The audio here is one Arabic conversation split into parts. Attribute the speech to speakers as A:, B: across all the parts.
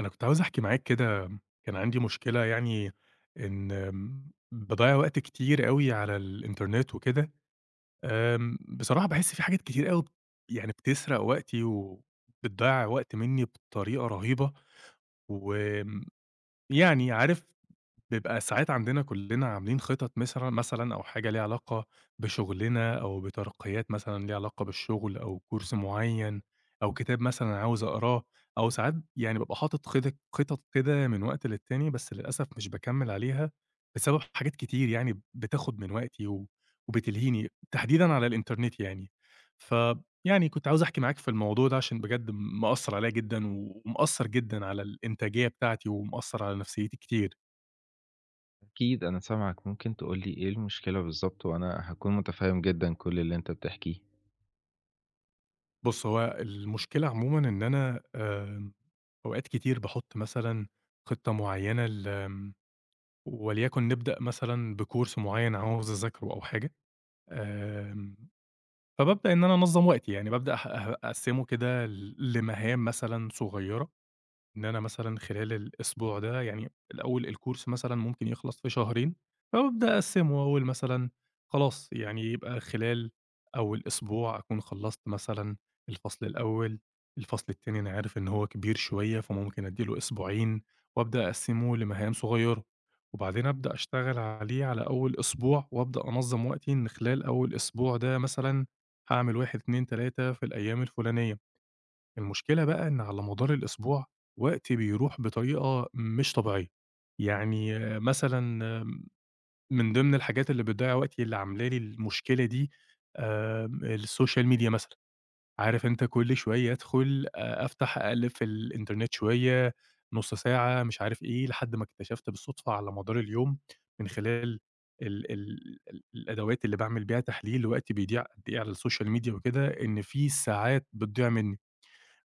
A: أنا كنت عاوز أحكي معاك كده، كان عندي مشكلة يعني إن باضيّع وقت كتير أوي على الإنترنت وكده. بصراحة باحس في حاجات كتير أوي يعني بتسرق وقتي وبتضيّع وقت منّي بطريقة رهيبة، وآمم، يعني عارف بيبقى ساعات عندنا كلنا عاملين خطط مثلًا أو حاجة ليها علاقة بشغلنا أو بترقيات مثلًا ليها علاقة بالشغل أو كورس معيّن أو كتاب مثلًا عاوز أقراه، أو ساعات يعني بابقى حاطط خطط كده من وقت للتاني بس للأسف مش باكمّل عليها بسبب حاجات كتير يعني بتاخد من وقتي و وبتلهيني، تحديدًا على الإنترنت يعني. فيعني كنت عاوز أحكي معاك في الموضوع ده عشان بجد مأثّر عليّا جدًا ومأثّر جدًا على الإنتاجية بتاعتي ومأثّر على نفسيتي كتير.
B: أكيد أنا سامعك، ممكن تقول لي إيه المشكلة بالضبط وأنا هاكون متفهّم جدًا كل اللي أنت بتحكيه.
A: بُص، هو المشكلة عمومًا إن أنا أوقات كتير باحُط مثلًا خطة معيّنة ل وليكن نبدأ مثلًا بcourse معيّن عاوز أذاكره أو حاجة. آمم، فبابدأ إن أنا أنظّم وقتي، يعني بابدأ أح أه أقسّمه كده ل لمهام مثلًا صغيّرة. إن أنا مثلًا خلال الأسبوع ده يعني الأول الكورس مثلًا ممكن يخلص في شهرين، فبابدأ أقسّمه وأقول مثلًا خلاص يعني يبقى خلال أول أسبوع أكون خلّصت مثلًا الفصل الأول، الفصل التاني أنا عارف إن هو كبير شوية فممكن أدّي له أسبوعين وأبدأ أقسّمه لمهام صغيّرة، وبعدين أبدأ أشتغل عليه على أول أسبوع وأبدأ أنظّم وقتي إن خلال أول أسبوع ده مثلًا هاعمل 1، 2، 3 في الأيام الفلانية. المشكلة بقى إن على مدار الأسبوع وقتي بيروح بطريقة مش طبيعية، يعني مثلًا من ضمن الحاجات اللي بتضيّع وقتي اللي عاملة لي المشكلة دي الSocial media مثلًا. عارف أنت كل شوية أدخل أفتح أقلِّب في الإنترنت شوية، نُص ساعة، مش عارف إيه، لحد ما اكتشفت بالصدفة على مدار اليوم من خلال ال ال ال الأدوات اللي باعمل بيها تحليل لوقتي بيضيع قد إيه على الSocial media وكده، إن في ساعات بتضيع منّي.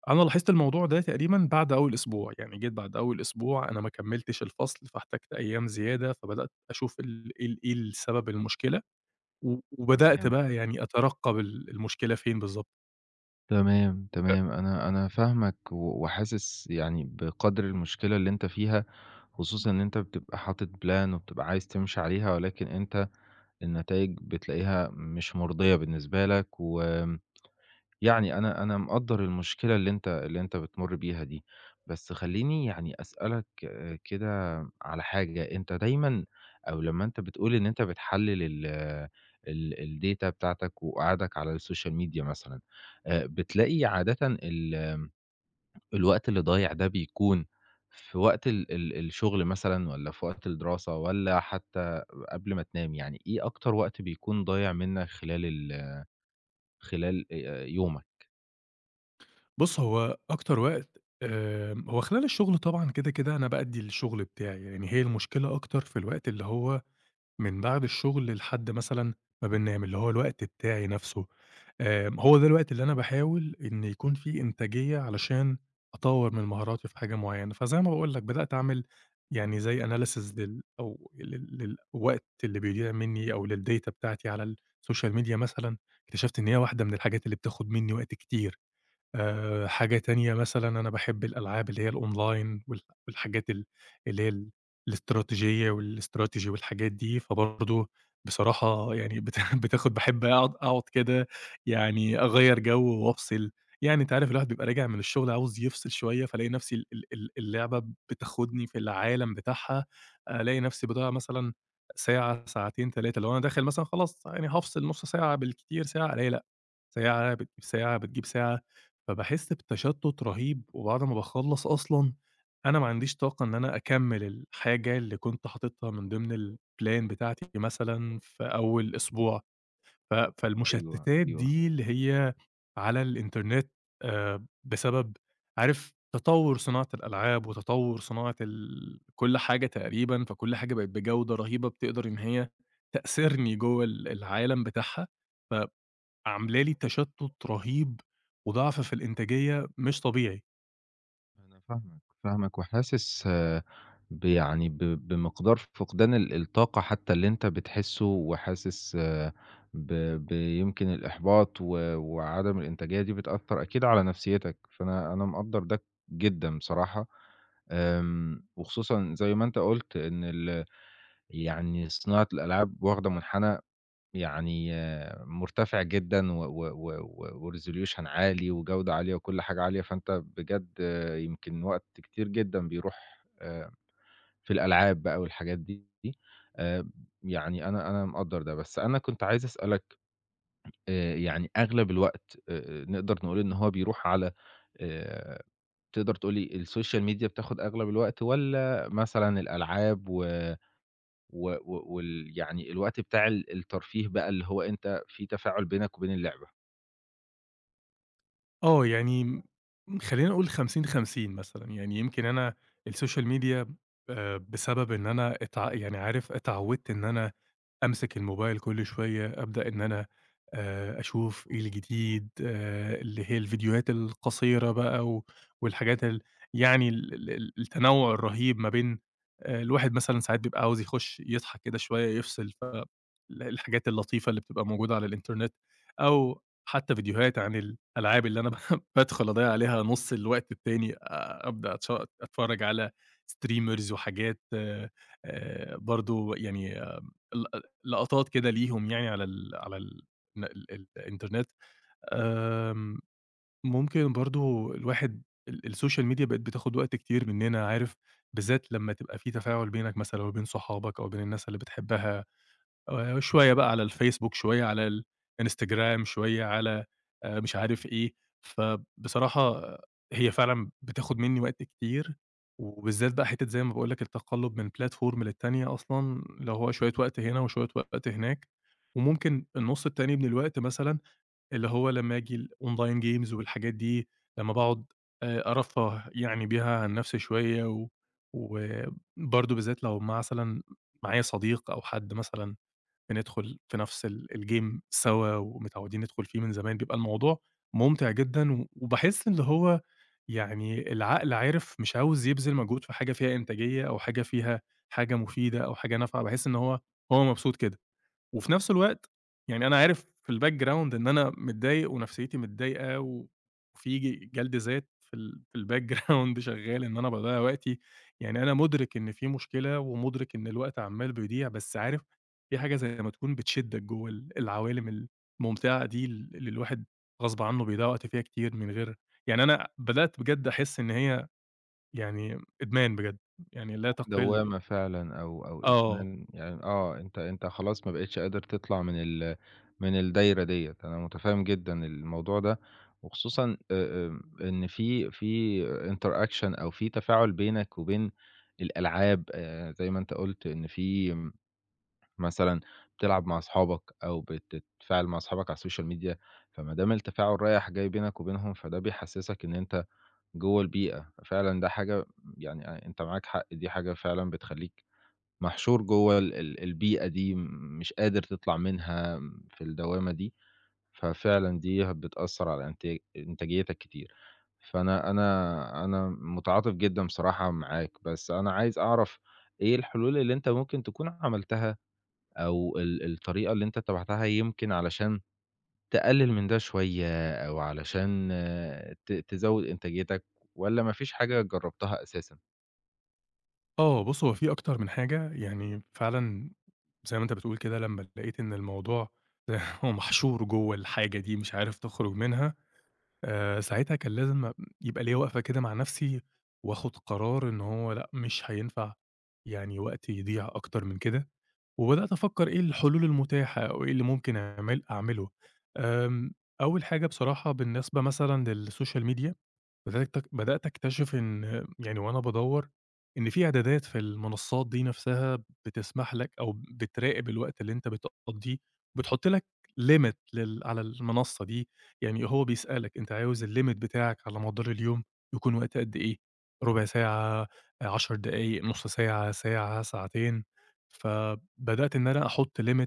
A: أنا لاحظت الموضوع ده تقريبًا بعد أول أسبوع، يعني جيت بعد أول أسبوع أنا ما كمّلتش الفصل، فاحتجت أيام زيادة، فبدأت أشوف ال إيه السبب المشكلة، و وبدأت
B: تمام،
A: بقى يعني أترقّب ال المشكلة فين بالضبط.
B: تمام،
A: أ
B: تمام، أنا فاهمك و وحاسس يعني بقدْر المشكلة اللي أنت فيها، خصوصًا إن أنت بتبقى حاطط plan وبتبقى عايز تمشي عليها، ولكن أنت النتايج بتلاقيها مش مرضية بالنسبة لك، يعني أنا مقدّر المشكلة اللي أنت بتمُر بيها دي. بس خلّيني يعني أسألك كده على حاجة، أنت دايمًا أو لمّا أنت بتقول إن أنت بتحلّل ال ال الdata بتاعتك وقعدك على الsocial media مثلًا، بتلاقي عادةً الوقت اللي ضايع ده بيكون في وقت ال ال الشغل مثلًا والّا في وقت الدراسة والّا حتى قبل ما تنام، يعني إيه أكتر وقت بيكون ضايع منّك خلال يومك؟
A: بُص، هو أكتر وقت هو خلال الشغل طبعًا كده، كده أنا بأدّي الشغل بتاعي، يعني هي المشكلة أكتر في الوقت اللي هو من بعد الشغل لحد مثلًا ما بانام، اللي هو الوقت بتاعي نفسه. هو ده الوقت اللي أنا باحاول إن يكون فيه إنتاجية علشان أطوّر من مهاراتي في حاجة معيّنة. فزي ما باقول لك بدأت أعمل يعني زي analysis لل أو لل للوقت اللي بيضيع منّي أو للdata بتاعتي على السوشيال ميديا مثلًا، اكتشفت إن هي واحدة من الحاجات اللي بتاخد منّي وقت كتير. حاجة تانية مثلًا أنا باحب الألعاب اللي هي الأونلاين والحاجات ال اللي هي ال الاستراتيجية والاستراتيجي والحاجات دي، فبرضه بصراحة يعني باحب أقعد كده يعني أغيّر جو وأفصل، يعني أنت عارف الواحد بيبقى راجع من الشغل عاوز يفصل شوية، فالاقي نفسي ال ال ال اللعبة بتاخدني في العالم بتاعها، ألاقي نفسي باضيّع مثلًا ساعة، ساعتين، 3 لو أنا داخل مثلًا خلاص يعني هافصل نُص ساعة بالكتير ساعة، ألاقي لأ ساعة بتجيب ساعة، بتجيب ساعة، فباحس بتشتُّت رهيب، وبعد ما باخلّص أصلًا أنا ما عنديش طاقة إن أنا أكمّل الحاجة اللي كنت حاططها من ضمن الplan بتاعتي مثلًا في أول أسبوع، ف
B: أيوه،
A: فالمشتتات
B: أيوه.
A: دي اللي هي على الإنترنت بسبب عارف تطوّر صناعة الألعاب، وتطوّر صناعة ال كل حاجة تقريبًا، فكل حاجة بقت بجودة رهيبة بتقدر إن هي تأسرني جوّه ال العالم بتاعها، ف عاملة لي تشتُّت رهيب وضعف في الإنتاجية مش طبيعي.
B: أنا فاهمك، فاهمك وحاسس آه، ب يعني ب بمقدار فقدان الطاقة حتى اللي أنت بتحسه، وحاسس ب ب يمكن الإحباط وعدم الإنتاجية دي بتأثّر أكيد على نفسيتك، فأنا مقدّر ده جدًا بصراحة، آمم، وخصوصًا زي ما أنت قُلت إن ال يعني صناعة الألعاب واخدة منحنى يعني آه، مرتفع جدًا و وresolution عالي وجودة عالية وكل حاجة عالية، فأنت بجد آه، يمكن وقت كتير جدًا بيروح في الألعاب بقى والحاجات دي. آآ يعني أنا مقدّر ده، بس أنا كنت عايز أسألك يعني أغلب الوقت نقدر نقول إن هو بيروح على آآ تقدر تقول لي السوشيال ميديا بتاخد أغلب الوقت والّا مثلًا الألعاب و و و وال يعني الوقت بتاع الترفيه بقى اللي هو أنت في تفاعل بينك وبين اللعبة؟
A: آه، يعني خلّينا نقول 50، 50 مثلًا، يعني يمكن أنا السوشيال ميديا بسبب إن أنا يعني عارف اتعوّدت إن أنا أمسك الموبايل كل شوية، أبدأ إن أنا أشوف إيه الجديد، اللي هي الفيديوهات القصيرة بقى والحاجات ال يعني ال ال ال التنوُّع الرهيب ما بين الواحد مثلًا ساعات بيبقى عاوز يخُش يضحك كده شوية يفصل، ف ال الحاجات اللطيفة اللي بتبقى موجودة على الإنترنت أو حتّى فيديوهات عن الألعاب اللي أنا بادخل أضيّع عليها نُص الوقت التاني، أبدأ أتش أتفرّج على streamers وحاجات برضه يعني آه، ل لقطات كده ليهم يعني على ال على ال ن ال ال الإنترنت. آمم ممكن برضه الواحد السوشيال ميديا بقت بتاخُد وقت كتير منّنا، عارف، بالذات لمّا تبقى في تفاعل بينك مثلًا وبين صحابك أو بين الناس اللي بتحبّها. شوية بقى على الفيسبوك، شوية على الإنستجرام، شوية على مش عارف إيه، فبصراحة آه، هي فعلًا بتاخد منّي وقت كتير، وبالذات بقى حتّة زي ما باقول لك التقلُّب من platform للتانية أصلًا، اللي هو شوية وقت هنا وشوية وقت هناك، وممكن النُص التاني من الوقت مثلًا اللي هو لمّا آجي الonline games والحاجات دي، لمّا باقعد أرفّه يعني بيها عن نَفْسي شوية، وبرضه بالذات لو مثلًا معايا صديق أو حد مثلًا بندخل في نفس الgame سوا ومتعودين ندخل فيه من زمان، بيبقى الموضوع ممتع جدًا و وباحس اللي هو يعني العقل عارف مش عاوز يبذل مجهود في حاجة فيها إنتاجية أو حاجة فيها حاجة مفيدة أو حاجة نافعة، باحس إن هو مبسوط كده. وفي نفس الوقت يعني أنا عارف في الbackground إن أنا متضايق ونفسيتي متضايقة وفي جلد ذات في ال في الbackground شغال إن أنا باضيّع وقتي، يعني أنا مُدرك إن في مشكلة ومُدرك إن الوقت عمّال بيضيع، بس عارف في حاجة زي ما تكون بتشدّك جوّه العوالم الممتعة دي اللي الواحد غصب عنّه بيضيّع وقت فيها كتير من غير يعني أنا بدأت بجد أحس إن هي يعني إدمان بجد، يعني لا تقِل
B: دوّامة فعلًا أو
A: آه.
B: إدمان، يعني آه، أنت أنت خلاص ما بقيتش قادر تطلع من الدايرة ديّة. أنا متفهم جدًا الموضوع ده، وخصوصًا آمم، إن في interaction أو في تفاعل بينك وبين الألعاب، زي ما أنت قُلت إن في مثلًا بتلعب مع أصحابك أو بتتفاعل مع أصحابك على السوشيال ميديا، فما دام التفاعل رايح جاي بينك وبينهم، فده بيحسسك إن أنت جوّه البيئة، ففعلًا ده حاجة يعني آه، أنت معاك حق، دي حاجة فعلًا بتخلّيك محشور جوّه ال ال البيئة دي، مش قادر تطلع منها في الدوامة دي، ففعلًا دي بتأثّر على إنتاجيتك كتير. فأنا أنا أنا متعاطف جدًا بصراحة معاك، بس أنا عايز أعرف إيه الحلول اللي أنت ممكن تكون عملتها أو الطريقة اللي أنت اتّبعتها يمكن علشان تقلل من ده شوية أو علشان آه، تزوّد إنتاجيتك والّا ما فيش حاجة جرّبتها أساسًا؟
A: آه، بُص هو في أكتر من حاجة، يعني فعلًا زي ما أنت بتقول كده لمّا لقيت إن الموضوع هو محشور جوّه الحاجة دي مش عارف تخرج منها، ساعتها كان لازم يبقى ليّا وقفة كده مع نفسي، وآخد قرار إن هو لأ، مش هينفع يعني وقتي يضيع أكتر من كده، وبدأت أفكّر إيه الحلول المتاحة أو إيه اللي ممكن أعمله. آمم، أول حاجة بصراحة بالنسبة مثلًا للسوشيال ميديا بدأت أكتشف إن يعني وأنا بادوّر، إن في إعدادات في المنصات دي نفسها بتسمح لك أو بتراقب الوقت اللي أنت بتقضيه، وبتحط لك limit على المنصة دي، يعني هو بيسألك أنت عاوز الlimit بتاعك على مدار اليوم يكون وقت قد إيه؟ ربع ساعة، 10 دقايق، نُص ساعة، ساعة، ساعتين، فبدأت إن أنا أحط limit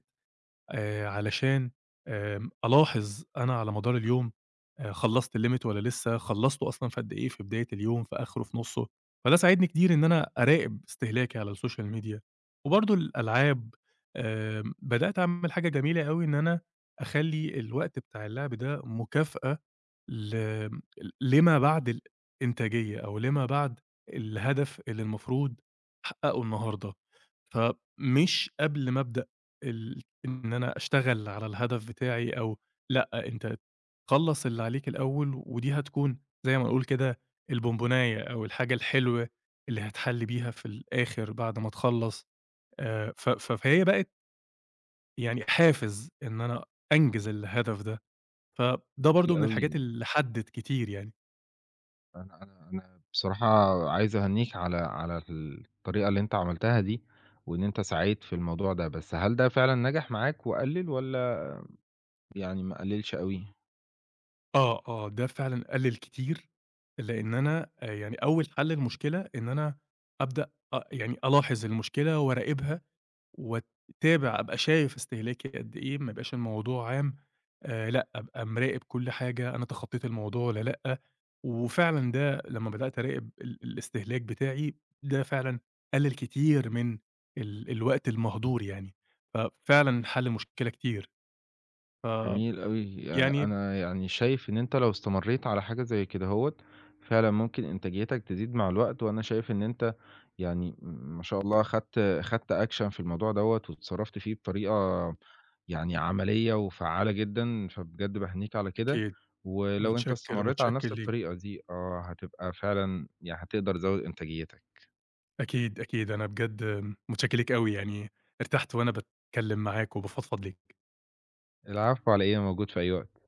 A: علشان ألاحظ أنا على مدار اليوم خلّصت الlimit والّا لسه، خلّصته أصلًا في قد إيه، في بداية اليوم، في آخره، في نُصّه، فده ساعدني كتير إن أنا أراقب استهلاكي على السوشيال ميديا. وبرضه الألعاب، بدأت أعمل حاجة جميلة أوي إن أنا أخلّي الوقت بتاع اللعب ده مكافأة ل لما بعد الإنتاجية أو لما بعد الهدف اللي المفروض أحققه النهارده، فمش قبل ما أبدأ ال إن أنا أشتغل على الهدف بتاعي أو لأ، أنت خلّص اللي عليك الأول ودي هتكون زي ما نقول كده البونبوناية أو الحاجة الحلوة اللي هتحلّي بيها في الآخر بعد ما تخلّص ف ف فهي بقت يعني حافز إن أنا أنجز الهدف ده، فده برضه
B: كتير
A: من الحاجات
B: أوي.
A: اللي حدِّت كتير يعني.
B: أنا بصراحة عايز أهنّيك على على الطريقة اللي أنت عملتها دي، وإن أنت سعيت في الموضوع ده، بس هل ده فعلًا نجح معاك وقلّل والّا يعني ما قلّلش أوي؟
A: ده فعلًا قلِّل كتير، لإن أنا يعني أول حَل للمشكلة إن أنا أبدأ أ يعني ألاحظ المشكلة وأراقبها وأتابع، أبقى شايف استهلاكي قد إيه، ما يبقاش الموضوع عام، لأ، أبقى مراقب كل حاجة، أنا تخطّيت الموضوع والّا لأ، وفعلًا ده لمّا بدأت أراقب الاستهلاك بتاعي، ده فعلًا قلِّل كتير من الوقت المهدور يعني، ففعلًا حَل مشكلة كتير، ف
B: جميل أوي.
A: يعني
B: أنا يعني شايف إن أنت لو استمرّيت على حاجة زي كده أهوّة، فعلًا ممكن إنتاجيتك تزيد مع الوقت، وأنا شايف إن أنت يعني ما شاء الله خدت action في الموضوع دوّة واتصرّفت فيه بطريقة يعني عملية وفعّالة جدًا، فبجد باهنيك على كده،
A: أكيد،
B: ولو أنت
A: متشكِّر،
B: استمرّيت على
A: متشكِّر
B: نفس
A: ليك.
B: الطريقة دي آه، هتبقى فعلًا يعني هتقدر تزوّد إنتاجيتك.
A: أكيد، أكيد. أنا بجد متشكّر ليك أوي، يعني ارتحت وأنا باتكلّم معاك وبافضفض ليك.
B: العفو على إيه، أنا موجود في أي وقت.